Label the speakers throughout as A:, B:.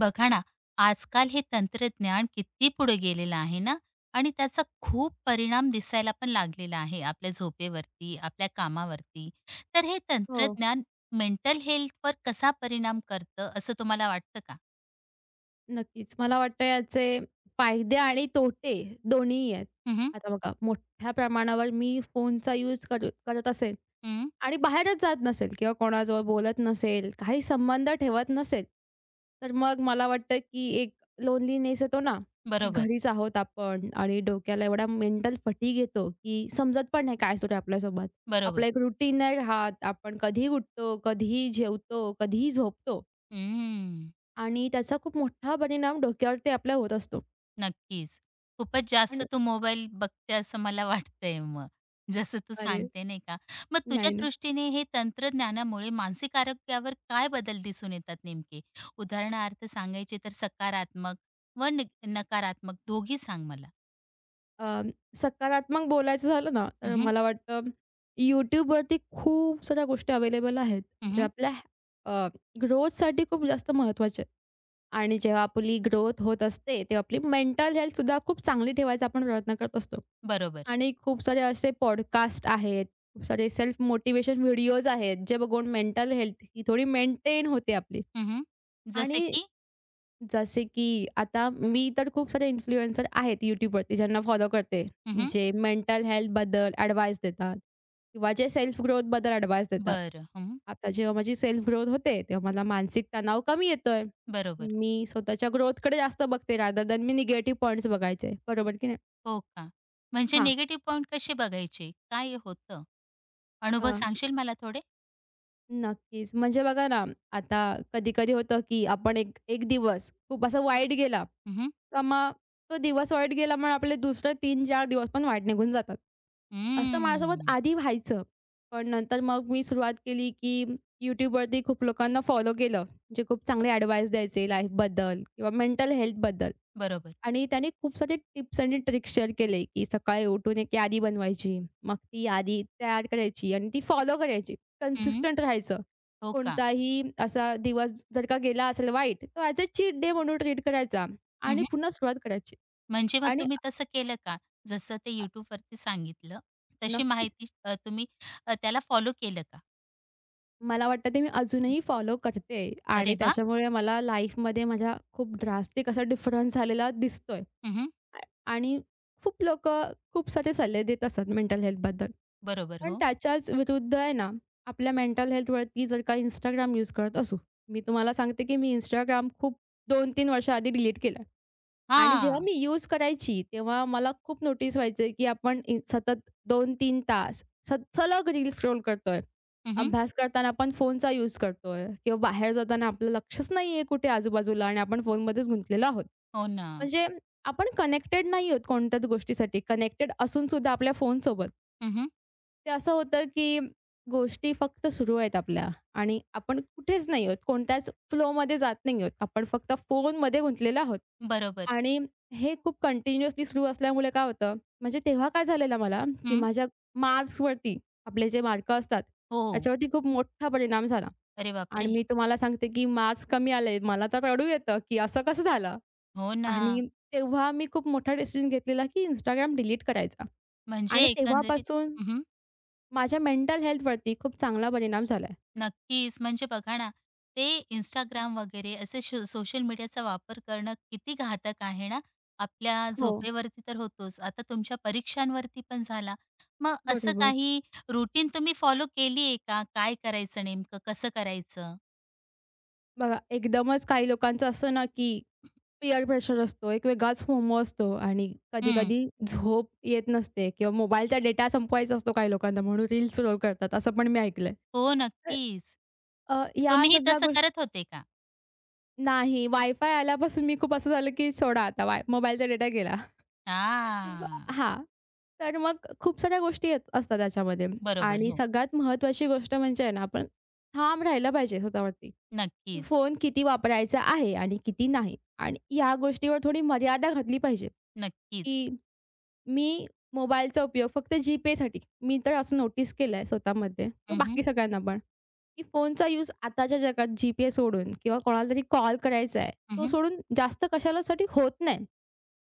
A: बघा ना, आजकाल हे तंत्रज्ञान किती पुढे गेलेलं आहे ना आणि त्याचा खूप परिणाम दिसायला पण लागलेला आहे आपल्या झोपेवरती, आपल्या कामावरती. तर हे
B: हो,
A: तंत्रज्ञान मेंटल हेल्थवर कसा परिणाम करतं असं तुम्हाला वाटतं का?
B: नक्कीच. मला वाटतं याचे फायदे आणि तोटे दोन्हीही आहेत.
A: हं, हं.
B: आता बघा मोठ्या प्रमाणावर मी फोनचा यूज करत असेल आणि बाहेरच जात नसेल किंवा कोणाजवळ बोलत नसेल, काही संबंध ठेवत नसेल, तर मग मला वाटतं की एक लोनलीनेस येतो ना, की
A: बरोबर,
B: घरीच आहोत आपण आणि डोक्याला एवढा मेंटल फटीग येतो, की समजत पण नाही काय सुरू आहे आपल्यासोबत.
A: बरोबर.
B: आपलं एक रुटीन नाही राहत. आपण कधीही उठतो, कधीही जेवतो, कधीही झोपतो.
A: हं.
B: आणि त्याचा खूप मोठा परिणाम डोक्यावरती आपल्या होत असतो.
A: नक्कीच. खूपच जास्त
B: आणि
A: तू मोबाईल बघते असं मला वाटतंय मग. जसं तू
B: अरे,
A: सांगते नाही का. मग तुझ्या
B: नाही, नाही.
A: दृष्टीने हे तंत्रज्ञानामुळे मानसिक आरोग्यावर काय बदल दिसून येतात नेमके? उदाहरणार्थ सांगायचे तर सकारात्मक व न नकारात्मक दोघी सांग मला?
B: अ, सकारात्मक बोलायचं झालं ना,
A: हं,
B: तर
A: हं.
B: मला वाटतं YouTubeवरती खूप साऱ्या गोष्टी अवेलेबल आहेत, ज्या आपल्या अ, ग्रोथसाठी खूप जास्त महत्त्वाच्या आहेत. आणि जेव्हा आपली ग्रोथ होत असते, तेव्हा आपली मेंटल हेल्थसुद्धा खूप चांगली ठेवायचा आपण प्रयत्न करत असतो.
A: बरोबर.
B: आणि खूप सारे असे पॉडकास्ट आहेत, खूप सारे सेल्फ मोटिव्हेशन व्हिडिओज आहेत, जे बघून मेंटल हेल्थ ही थोडी मेंटेन होते आपली.
A: हं, जसे
B: आणि
A: की?
B: जसे की आता मी तर खूप सारे इन्फ्लुएन्सर आहेत YouTubeवरती ज्यांना फॉलो करते.
A: हं,
B: जे मेंटल हेल्थबद्दल ॲडवाईस देतात किंवा जे सेल्फ ग्रोथबद्दल ॲडवाईस देतात.
A: बरं. हं.
B: आता जेव्हा माझी सेल्फ ग्रोथ होते, तेव्हा मला मानसिक तणाव कमी येतोय.
A: बरोबर.
B: मी स्वतःच्या ग्रोथकडे जास्त बघते रादर दॅन मी निगेटिव्ह पॉइंट्स बघायचे. बरोबर की नाही?
A: हो का. म्हणजे
B: हां.
A: निगेटिव्ह पॉइंट कसे बघायचे? काय होतं? अनुभव सांगशील मला थोडे?
B: नक्कीच. म्हणजे बघा ना, आता कधी-कधी होतं, की आपण एक एक दिवस खूप असा वाईट गेला,
A: हं,
B: तर मग तो दिवस वाईट गेला मग आपले दुसरे तीन 4 दिवस पण वाईट निघून जातात. असं माझ्यासोबत
A: हम्म.
B: आधी व्हायचं. पण नंतर मग मी सुरुवात केली, की YouTubeवरती खूप लोकांना फॉलो केलं, जे खूप चांगले ॲडवाईस द्यायचे लाईफबद्दल किंवा मेंटल हेल्थबद्दल.
A: बरोबर.
B: आणि त्याने खूप सारे टिप्स आणि ट्रिक्स शेअर केले, की सकाळी उठून एक यादी बनवायची, मग ती यादी तयार करायची आणि ती फॉलो करायची.
A: हं,
B: कन्सिस्टंट राहायचं.
A: हो का?
B: कोणताही असा दिवस जर का गेला असेल वाईट, तो ॲज अ चीट डे म्हणून ट्रीट करायचा
A: हं,
B: आणि
A: हं.
B: पुन्हा सुरुवात करायची
A: म्हणजे मग
B: आणि
A: तुम्ही तसं केलं का? जसं ते
B: अ,
A: YouTubeवरती सांगितलं, तशी
B: नक्कीच
A: माहिती तुम्ही त्याला फॉलो केलं का?
B: मला वाटतं ते मी अजूनही फॉलो करते आणि
A: अरे वा,
B: त्याच्यामुळे मला लाईफमध्ये माझ्या खूप ड्रास्टिक असा डिफरन्स झालेला दिसतोय
A: हं,
B: आ आणि खूप लोकं खूप सारे सल्ले देत असतात मेंटल हेल्थबद्दल.
A: बरोबर,
B: पण
A: हो.
B: त्याच्याच विरुद्ध आहे ना, आपल्या मेंटल हेल्थवरती जर का Instagram यूज करत असू. मी तुम्हाला सांगते की मी Instagram खूप 2-3 वर्षाआधी डिलीट केलं. आणि जेव्हा
A: हां.
B: मी यूज करायची, तेव्हा मला खूप नोटीस व्हायचं की आपण सतत दोन तीन तास सलग रील स्क्रोल करतोय.
A: हं,
B: अभ्यास करताना आपण फोनचा यूज करतोय किंवा बाहेर जाताना आपलं लक्षच नाहीये कुठे आजूबाजूला आणि आपण फोनमध्येच गुंतलेलो आहोत.
A: हो ना.
B: म्हणजे आपण कनेक्टेड नाही आहोत कोणत्याच गोष्टीसाठी. कनेक्टेड असून सुद्धा आपल्या फोनसोबत.
A: हं,
B: ते असं होतं, की गोष्टी फक्त सुरू आहेत आपल्या आणि आपण कुठेच नाही आहोत. कोणत्याच फ्लोमध्ये जात नाही आहोत. आपण फक्त फोनमध्ये गुंतलेलो आहोत.
A: बरोबर.
B: आणि हे खूप कंटिन्युअसली सुरू असल्यामुळे काय होतं, म्हणजे तेव्हा काय झालेलं मला, की
A: हं.
B: माझ्या मार्क्सवरती आपले जे मार्क असतात,
A: हो.
B: त्याच्यावरती खूप मोठा परिणाम झाला.
A: अरे
B: आणि
A: बापरे!
B: मी तुम्हाला सांगते, की मार्क्स कमी आले. मला तर रडू येतं, की असं कसं झालं?
A: हो ना.
B: आणि तेव्हा मी खूप मोठा डिसिजन घेतलेला, की Instagram डिलीट करायचा.
A: म्हणजे
B: आणि
A: एकंदरीत
B: तेव्हापासून
A: हं, हं.
B: माझ्या मेंटल हेल्थवरती खूप चांगला परिणाम झालाय.
A: नक्कीच. म्हणजे बघा ना, ते इंस्टाग्राम वगैरे असे शो सोशल मीडियाचा वापर करणं किती घातक आहे ना. आपल्या
B: हो,
A: झोपेवरती तर होतोच, आता तुमच्या परीक्षांवरती पण झाला. मग असं
B: बरोबर.
A: काही रुटीन तुम्ही फॉलो केली आहे का? काय करायचं नेमकं? कसं करायचं?
B: बघा एकदमच काही लोकांचं असतं ना, की पीअर प्रेशर असतो, एक वेगळाच फोमो असतो आणि
A: हं.
B: कधी-कधी झोप येत नसते किंवा मोबाईलचा डेटा संपवायचा असतो काही लोकांना म्हणून रील्स स्क्रोल करतात, असं पण मी ऐकलंय.
A: हो,
B: तर
A: नक्कीच.
B: या
A: तुम्हीही
B: सगळ्या
A: तसं
B: गोष्टी
A: करत होते का?
B: नाही, वायफाय आल्यापासून मी खूप असं झालं, की सोडा आता वाय मोबाईलचा डेटा गेला.
A: हां.
B: हां. तर मग खूप साऱ्या गोष्टी येत असतात त्याच्यामध्ये
A: बरोबर.
B: आणि
A: हो.
B: सगळ्यात महत्त्वाची गोष्ट म्हणजे आहे ना, आपण ठाम राहिलं पाहिजे स्वतःवरती.
A: नक्कीच,
B: फोन किती वापरायचा आहे आणि किती नाही आणि ह्या गोष्टीवर थोडी मर्यादा घातली पाहिजे,
A: नक्कीच.
B: की मी मोबाईलचा उपयोग फक्त जी-पेसाठी मी तर असं नोटीस केलंय स्वतःमध्ये
A: हं,
B: किंवा
A: हं.
B: बाकी सगळ्यांना पण, की फोनचा यूज आताच्या जगात जी सोडून किंवा कोणाला तरी कॉल करायचा आहे, तो सोडून जास्त कशालासाठी होत नाही.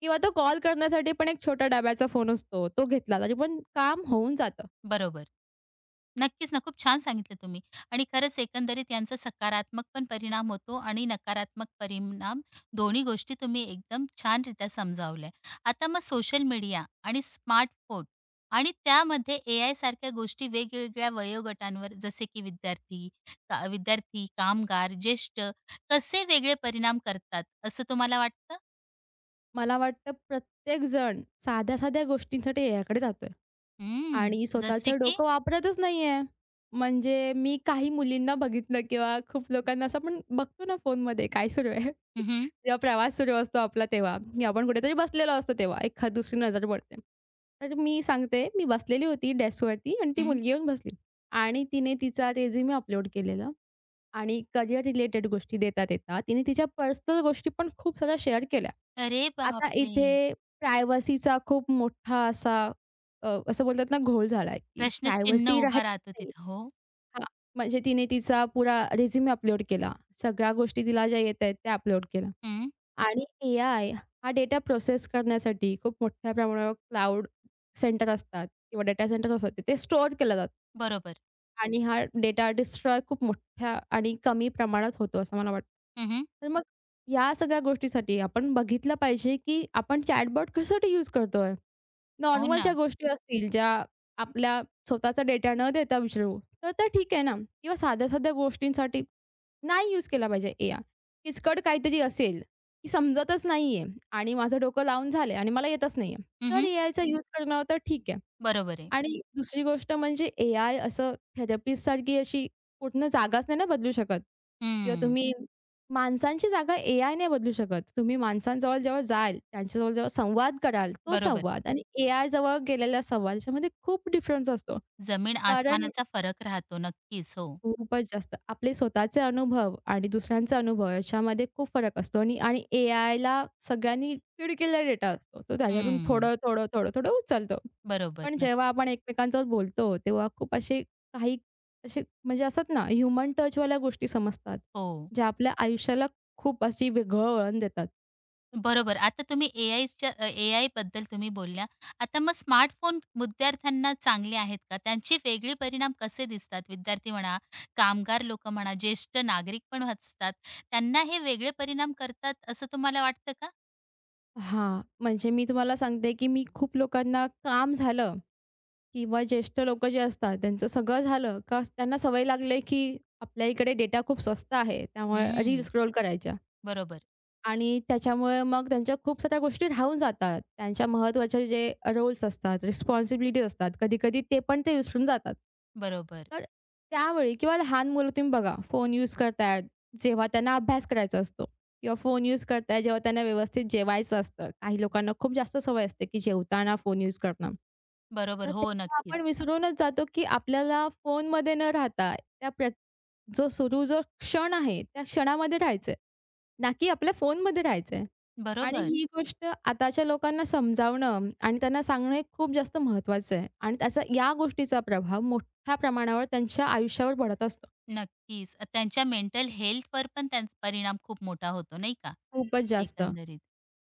B: किंवा तो कॉल करण्यासाठी पण एक छोटा डब्याचा फोन असतो. तो घेतला तरी पण काम होऊन जातं.
A: बरोबर. नक्कीच ना, खूप छान सांगितलं तुम्ही आणि खरंच एकंदरीत यांचा सकारात्मक पण परिणाम होतो आणि नकारात्मक परिणाम दोन्ही गोष्टी तुम्ही एकदम छानरित्या समजावल्या. आता मग सोशल मीडिया आणि स्मार्टफोन आणि त्यामध्ये एआय सारख्या गोष्टी वेगवेगळ्या वयोगटांवर जसे की विद्यार्थी, कामगार, ज्येष्ठ कसे वेगळे परिणाम करतात असं तुम्हाला वाटतं?
B: मला वाटतं प्रत्येक जण साध्या-साध्या गोष्टींसाठी याकडे जातोय
A: हं,
B: आणि
A: जसे
B: स्वतःचं
A: की?
B: डोकं वापरतच नाहीये. म्हणजे मी काही मुलींना बघितलं किंवा खूप लोकांना असं आपण बघतो ना फोनमध्ये काय सुरू आहे.
A: हं, हं,
B: जेव्हा प्रवास सुरू असतो आपला तेव्हा, की आपण कुठेतरी बसलेलो असतो तेव्हा एखाद दुसरी नजर पडते. तर मी सांगते मी बसलेली होती डेस्कवरती आणि ती मुलगी येऊन बसली आणि तिने तिचा रेझ्युमे अपलोड केलेला. आणि करियर रिलेटेड गोष्टी देता-देता तिने तिच्या पर्सनल गोष्टी पण खूप साऱ्या शेअर केल्या.
A: अरे
B: आता
A: बापरे!
B: इथे प्रायव्हसीचा खूप मोठा असा असं बोलतात ना घोळ झाला आहे, की
A: प्रश्नचिन्ह
B: प्रायव्हसी
A: उभा राहतो
B: राहायची नाही.
A: तिथं. हो.
B: हां, म्हणजे तिने तिचा पुरा रिझ्यूम अपलोड केला. सगळ्या गोष्टी तिला ज्या येत आहेत त्या अपलोड केल्या.
A: हं.
B: आणि ए-आय हा डेटा प्रोसेस करण्यासाठी खूप मोठ्या प्रमाणावर क्लाउड सेंटर असतात किंवा डेटा सेंटर्स असतात, तिथे स्टोअर केला जातो.
A: बरोबर.
B: आणि हा डेटा डिस्ट्रॉय खूप मोठ्या आणि कमी प्रमाणात होतो असं मला वाटतं.
A: हं,
B: तर मग या सगळ्या गोष्टीसाठी आपण बघितलं पाहिजे, की आपण चॅटबॉट कशासाठी यूज करतोय?
A: हो
B: नॉर्मल ज्या
A: ना.
B: गोष्टी असतील, ज्या आपल्या स्वतःचा डेटा न देता विचारू, तर ते ठीक आहे ना किंवा साध्या-साध्या गोष्टींसाठी नाही यूज केला पाहिजे एआय. किचकट काहीतरी असेल, की समजतच नाहीये आणि माझं डोकं लावून झालंय आणि मला येतच नाहीये. तर
A: हं,
B: एआयचा यूज करणं तर ठीक आहे.
A: बरोबर आहे.
B: आणि दुसरी गोष्ट म्हणजे एआय असं थेरपिस्टसारखी अशी कुठनं जागाच नाही ना बदलू शकत किंवा
A: हं.
B: तुम्ही माणसांची जागा एआयने बदलू शकत. तुम्ही माणसांजवळ जेव्हा जाल, त्यांच्याजवळ जेव्हा संवाद कराल, तो
A: बरोबर.
B: संवाद आणि एआयजवळ गेलेला संवाद याच्यामध्ये खूप डिफरन्स असतो.
A: जमीन
B: कारण
A: आसमानाचा फरक राहतो. नक्कीच. हो.
B: खूपच जास्त. आपले स्वतःचे अनुभव आणि दुसऱ्यांचा अनुभव याच्यामध्ये खूप फरक असतो आणि आणि एआयला सगळ्यांनी फीड केलेला डेटा असतो. तो त्याच्यातून
A: हं.
B: थोडं, थोडं, थोडं, थोडं उचलतो.
A: बरोबर.
B: पण जेव्हा
A: नक्कीच.
B: आपण एकमेकांसोबत बोलतो, तेव्हा खूप असे काही असे म्हणजे असतात ना, ह्युमन टचवाल्या गोष्टी समजतात,
A: हो.
B: ज्या आपल्या आयुष्याला खूप अशी वेगळं वळण देतात.
A: बरोबर. आता तुम्ही एआयच्या एआयबद्दल तुम्ही बोलल्या. आता मग स्मार्टफोन विद्यार्थ्यांना चांगले आहेत का? त्यांचे वेगळे परिणाम कसे दिसतात? विद्यार्थी म्हणा, कामगार लोकं म्हणा, ज्येष्ठ नागरिक पण असतात. त्यांना हे वेगळे परिणाम करतात असं तुम्हाला वाटतं का?
B: हां, म्हणजे मी तुम्हाला सांगते, की मी खूप लोकांना काम झालं किंवा ज्येष्ठ लोकं जे असतात, त्यांचं सगळं झालं का त्यांना सवय लागले की आपल्या इकडे डेटा खूप स्वस्त आहे. त्यामुळे रील्स
A: हं.
B: स्क्रोल करायच्या.
A: बरोबर.
B: आणि त्याच्यामुळे मग त्यांच्या खूप साऱ्या गोष्टी राहून जातात. त्यांच्या महत्त्वाचे जे रोल्स असतात, रिस्पॉन्सिबिलिटीज असतात, कधी-कधी ते पण ते विसरून जातात.
A: बरोबर.
B: तर त्यावेळी किंवा लहान मुलं तुम्ही बघा, फोन यूज करतायत जेव्हा त्यांना अभ्यास करायचा असतो किंवा फोन यूज करतायत जेव्हा त्यांना व्यवस्थित जेवायचं असतं. काही लोकांना खूप जास्त सवय असते, की जेवताना फोन यूज करणं.
A: बरोबर.
B: तर
A: हो.
B: तेव्हा आपण
A: नक्कीच.
B: विसरूनच जातो, की आपल्याला फोनमध्ये न राहता त्या जो क्षण आहे, त्या क्षणामध्ये राहायचंय. ना की आपल्या फोनमध्ये राहायचंय. आणि
A: बरोबर.
B: ही गोष्ट आताच्या लोकांना समजावणं आणि त्यांना सांगणं हे खूप जास्त महत्त्वाचं आहे. आणि त्याचा या गोष्टीचा प्रभाव मोठ्या प्रमाणावर त्यांच्या आयुष्यावर पडत असतो.
A: नक्कीच. त्यांच्या मेंटल हेल्थवर पण त्यांचा परिणाम खूप मोठा होतो नाही का?
B: खूपच जास्त.
A: एकंदरीत.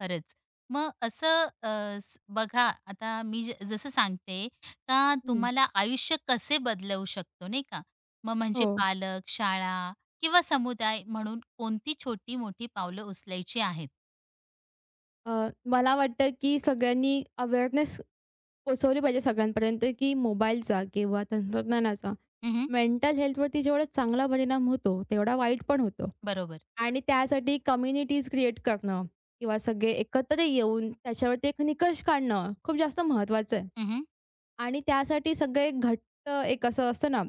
A: खरंच. मग बघा आता मी जसं सांगते का
B: हं.
A: तुम्हाला आयुष्य कसे बदलवू शकतो नाही का? मग म्हणजे
B: हो.
A: पालक, शाळा किंवा समुदाय म्हणून कोणती छोटी-मोठी पावलं उचलायची आहेत?
B: अ, मला वाटतं की सगळ्यांनी अवेअरनेस पोहोचवली पाहिजे सगळ्यांपर्यंत की मोबाईलचा किंवा तंत्रज्ञानाचा
A: हं,
B: मेंटल हेल्थवरती जेवढा चांगला परिणाम होतो, तेवढा वाईट पण होतो.
A: बरोबर.
B: आणि त्यासाठी कम्युनिटीज क्रिएट करणं किंवा सगळे एकत्र येऊन त्याच्यावरती एक निकष काढणं खूप जास्त महत्त्वाचं आहे.
A: हं,
B: आणि त्यासाठी सगळे घट्ट एक असं असतं ना,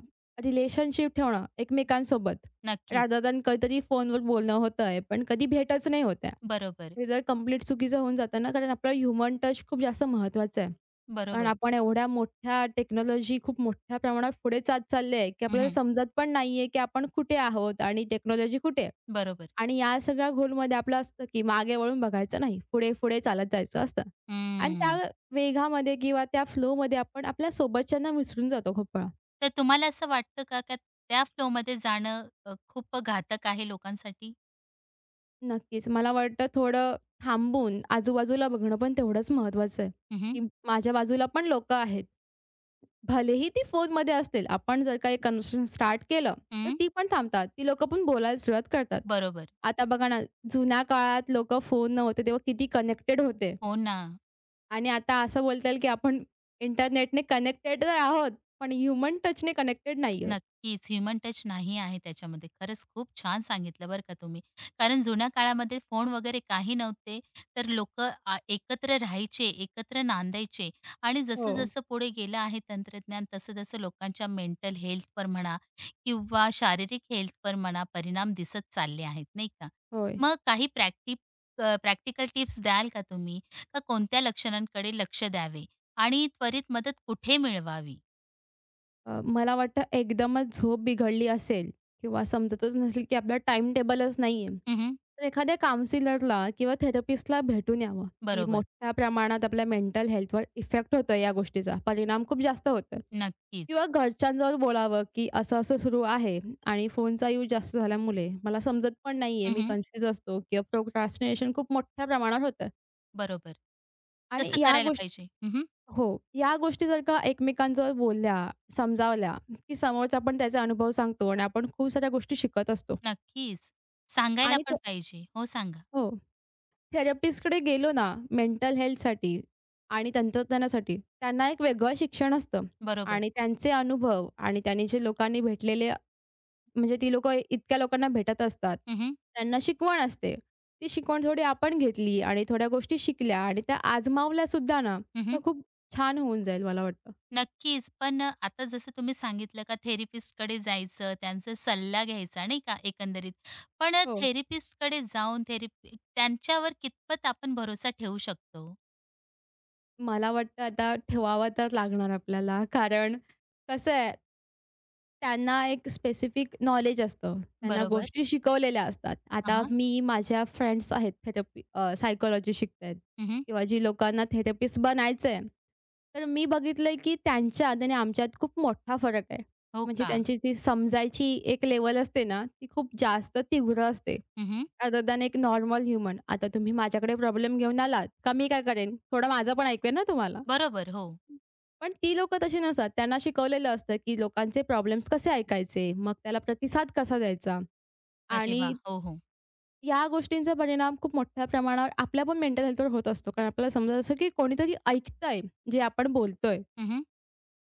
B: रिलेशनशिप ठेवणं एकमेकांसोबत.
A: नक्कीच.
B: रादर दॅन कधीतरी फोनवर बोलणं होतंय, पण कधी भेटच नाही होत आहे.
A: बरोबर,
B: हे जर कंप्लीट चुकीचं होऊन जातं ना, कारण आपला ह्युमन टच खूप जास्त महत्त्वाचा आहे. कारण
A: बरोबर.
B: आपण एवढ्या मोठ्या टेक्नॉलॉजी खूप मोठ्या प्रमाणात पुढे जात चालली आहे, की आपल्याला
A: हं,
B: समजत पण नाहीये, की आपण कुठे आहोत आणि टेक्नॉलॉजी कुठे आहे?
A: बरोबर.
B: आणि या सगळ्या घोलमध्ये आपलं असतं, की मागे वळून बघायचं नाही. पुढे-पुढे चालत जायचं असतं. आणि त्या
A: हम्म.
B: वेगामध्ये किंवा त्या फ्लोमध्ये आपण आपल्या सोबतच्यांना विसरून जातो खूप वेळा.
A: तर तुम्हाला असं वाटतं का, त्या फ्लोमध्ये जाणं खूप घातक आहे लोकांसाठी?
B: नक्कीच. मला वाटतं थोडं थांबून आजूबाजूला बघणं पण तेवढंच महत्त्वाचं आहे,
A: हं, हं.
B: की माझ्या बाजूला पण लोकं आहेत. भलेही ती फोनमध्ये असतील. आपण जर काही कन्व्हर्सेशन स्टार्ट केलं, तर
A: हं,
B: ती पण थांबतात. ती लोकं पण बोलायला सुरुवात करतात.
A: बरोबर.
B: आता बघा ना, जुन्या काळात लोकं फोन नव्हते तेव्हा किती कनेक्टेड होते.
A: हो ना.
B: आणि आता असं बोलता येईल, की आपण इंटरनेटने कनेक्टेड तर आहोत, पण ह्युमन टचने कनेक्टेड नाही आहोत.
A: नक्कीच. ह्युमन टच नाही आहे त्याच्यामध्ये. खरंच खूप छान सांगितलं बरं का तुम्ही. कारण जुन्या काळामध्ये फोन वगैरे काही नव्हते, तर लोक एकत्र राहायचे, एकत्र नांदायचे आणि
B: हो,
A: जसं-जसं पुढे गेलं आहे तंत्रज्ञान, तसं-तसं लोकांच्या मेंटल हेल्थवर म्हणा किंवा शारीरिक हेल्थवर म्हणा परिणाम दिसत चालले आहेत, नाही का?
B: होय.
A: मग काही प्रॅक्टिकल टिप्स द्याल का तुम्ही? का कोणत्या लक्षणांकडे लक्ष द्यावे आणि त्वरित मदत कुठे मिळवावी?
B: मला वाटतं एकदमच झोप बिघडली असेल किंवा समजतच नसेल की आपला टाईम टेबलच नाहीये.
A: हं,
B: तर एखाद्या काउन्सिलरला किंवा थेरपिस्टला भेटून यावं, की
A: बरोबर.
B: मोठ्या प्रमाणात आपल्या मेंटल हेल्थवर इफेक्ट होतोय या गोष्टीचा. परिणाम खूप जास्त होतोय.
A: नक्कीच.
B: किंवा घरच्यांजवळ बोलावं, की असं-असं सुरू आहे आणि फोनचा यूज जास्त झाल्यामुळे मला समजत पण नाहीये.
A: हं,
B: मी
A: हं.
B: कन्फ्यूज असतो किंवा प्रोक्रॅस्टिनेशन खूप मोठ्या प्रमाणात होतं
A: बरोबर.
B: आणि
A: तसं करायला पाहिजे. हं, हं.
B: हो. या गोष्टी जर का एकमेकांजवळ बोलल्या, समजावल्या, की समोरचा पण त्याचा अनुभव सांगतो आणि आपण खूप साऱ्या गोष्टी शिकत असतो.
A: नक्कीच. सांगायला
B: आणि
A: पण पाहिजे. हो, सांगा.
B: हो. थेरपिस्टकडे गेलो ना मेंटल हेल्थसाठी आणि तंत्रज्ञानासाठी, त्यांना एक वेगळं शिक्षण असतं
A: बरोबर.
B: आणि त्यांचे अनुभव आणि त्यांनी जे लोकांनी भेटलेले म्हणजे ती लोकं इतक्या लोकांना भेटत असतात.
A: हं, हं.
B: त्यांना शिकवण असते. ती शिकवण थोडी आपण घेतली आणि थोड्या गोष्टी शिकल्या आणि त्या आजमावल्यासुद्धा ना,
A: हं,
B: तर
A: हं.
B: खूप छान होऊन जाईल मला वाटतं.
A: नक्कीच. पण आता जसं तुम्ही सांगितलं का थेरपिस्टकडे जायचं, त्यांचा सल्ला घ्यायचा नाही का एकंदरीत. पण
B: हो.
A: थेरपिस्टकडे जाऊन थेरपी त्यांच्यावर कितपत आपण भरोसा ठेवू शकतो?
B: मला वाटतं आता ठेवावा तर लागणार आपल्याला. कारण कसं आहे, त्यांना एक स्पेसिफिक नॉलेज असतं. त्यांना
A: बरोबर.
B: गोष्टी शिकवलेल्या असतात.
A: हां,
B: आता
A: हां.
B: मी माझ्या फ्रेंड्स आहेत थेरपी सायकॉलॉजी शिकतायत किंवा जी लोकांना थेरपिस्ट बनायचं आहे. तर मी बघितलंय की त्यांच्यात आणि आमच्यात खूप मोठा फरक आहे.
A: हो
B: म्हणजे
A: का?
B: त्यांची जी समजायची एक लेव्हल असते ना, ती खूप जास्त तीव्र असते.
A: हं,
B: अदर दॅन एक नॉर्मल ह्युमन. आता तुम्ही माझ्याकडे प्रॉब्लेम घेऊन आलात, का मी काय करेन? थोडं माझं पण ऐकवेन ना तुम्हाला.
A: बरोबर. हो.
B: पण ती लोकं तशी नसतात. त्यांना शिकवलेलं असतं, की लोकांचे प्रॉब्लेम्स कसे ऐकायचे, मग त्याला प्रतिसाद कसा द्यायचा
A: अरे
B: आणि
A: वाह! हो, हो.
B: या गोष्टींचा परिणाम खूप मोठ्या प्रमाणावर आपल्या पण मेंटल हेल्थवर होत असतो. कारण आपल्याला समजत असतं, की कोणीतरी ऐकतंय जे आपण बोलतोय
A: हं, हं.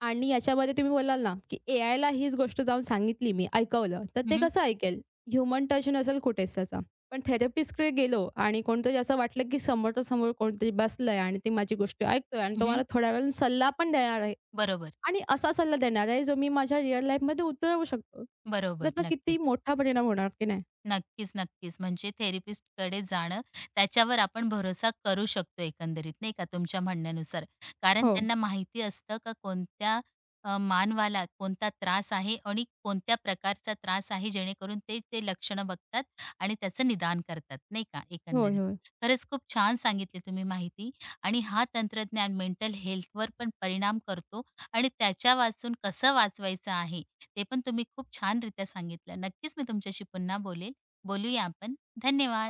B: आणि याच्यामध्ये तुम्ही बोलाल ना, की एआयला हीच गोष्ट जाऊन सांगितली मी, ऐकवलं, तर ते
A: हं,
B: कसं ऐकेल? ह्युमन टच नसेल कुठेच त्याचा. पण थेरपिस्टकडे गेलो आणि कोणतरी असं वाटलं, की समोरच्या समोर कोणतरी बसलंय आणि ते माझी गोष्ट ऐकतोय आणि तो मला थोड्या वेळाने सल्ला पण देणार आहे.
A: बरोबर.
B: आणि असा सल्ला देणार आहे, जो मी माझ्या रिअल लाईफमध्ये उतरवू शकतो.
A: बरोबर.
B: त्याचा किती
A: नक्कीच.
B: मोठा परिणाम होणार की नाही.
A: नक्कीच, नक्कीच. म्हणजे थेरपिस्टकडे जाणं, त्याच्यावर आपण भरोसा करू शकतो एकंदरीत, नाही का, तुमच्या म्हणण्यानुसार. कारण
B: हो.
A: त्यांना माहिती असतं का कोणत्या मानवाला कोणता त्रास आहे आणि कोणत्या प्रकारचा त्रास आहे, जेणेकरून ते ते लक्षणं बघतात आणि त्याचं निदान करतात, नाही का,
B: होय,
A: एकंदरीत.
B: होय.
A: खरंच खूप छान सांगितली तुम्ही माहिती आणि हा तंत्रज्ञान मेंटल हेल्थवर पण परिणाम करतो आणि त्याच्या वाचून कसं वाचवायचं आहे, ते पण तुम्ही खूप छानरित्या सांगितलं. नक्कीच मी तुमच्याशी पुन्हा बोलेन. बोलूया आपण.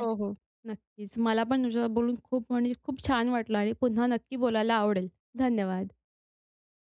B: हो, हो. नक्कीच. मला पण तुझ्यासोबत बोलून खूप म्हणजे खूप छान वाटलं आणि पुन्हा नक्की बोलायला आवडेल. धन्यवाद.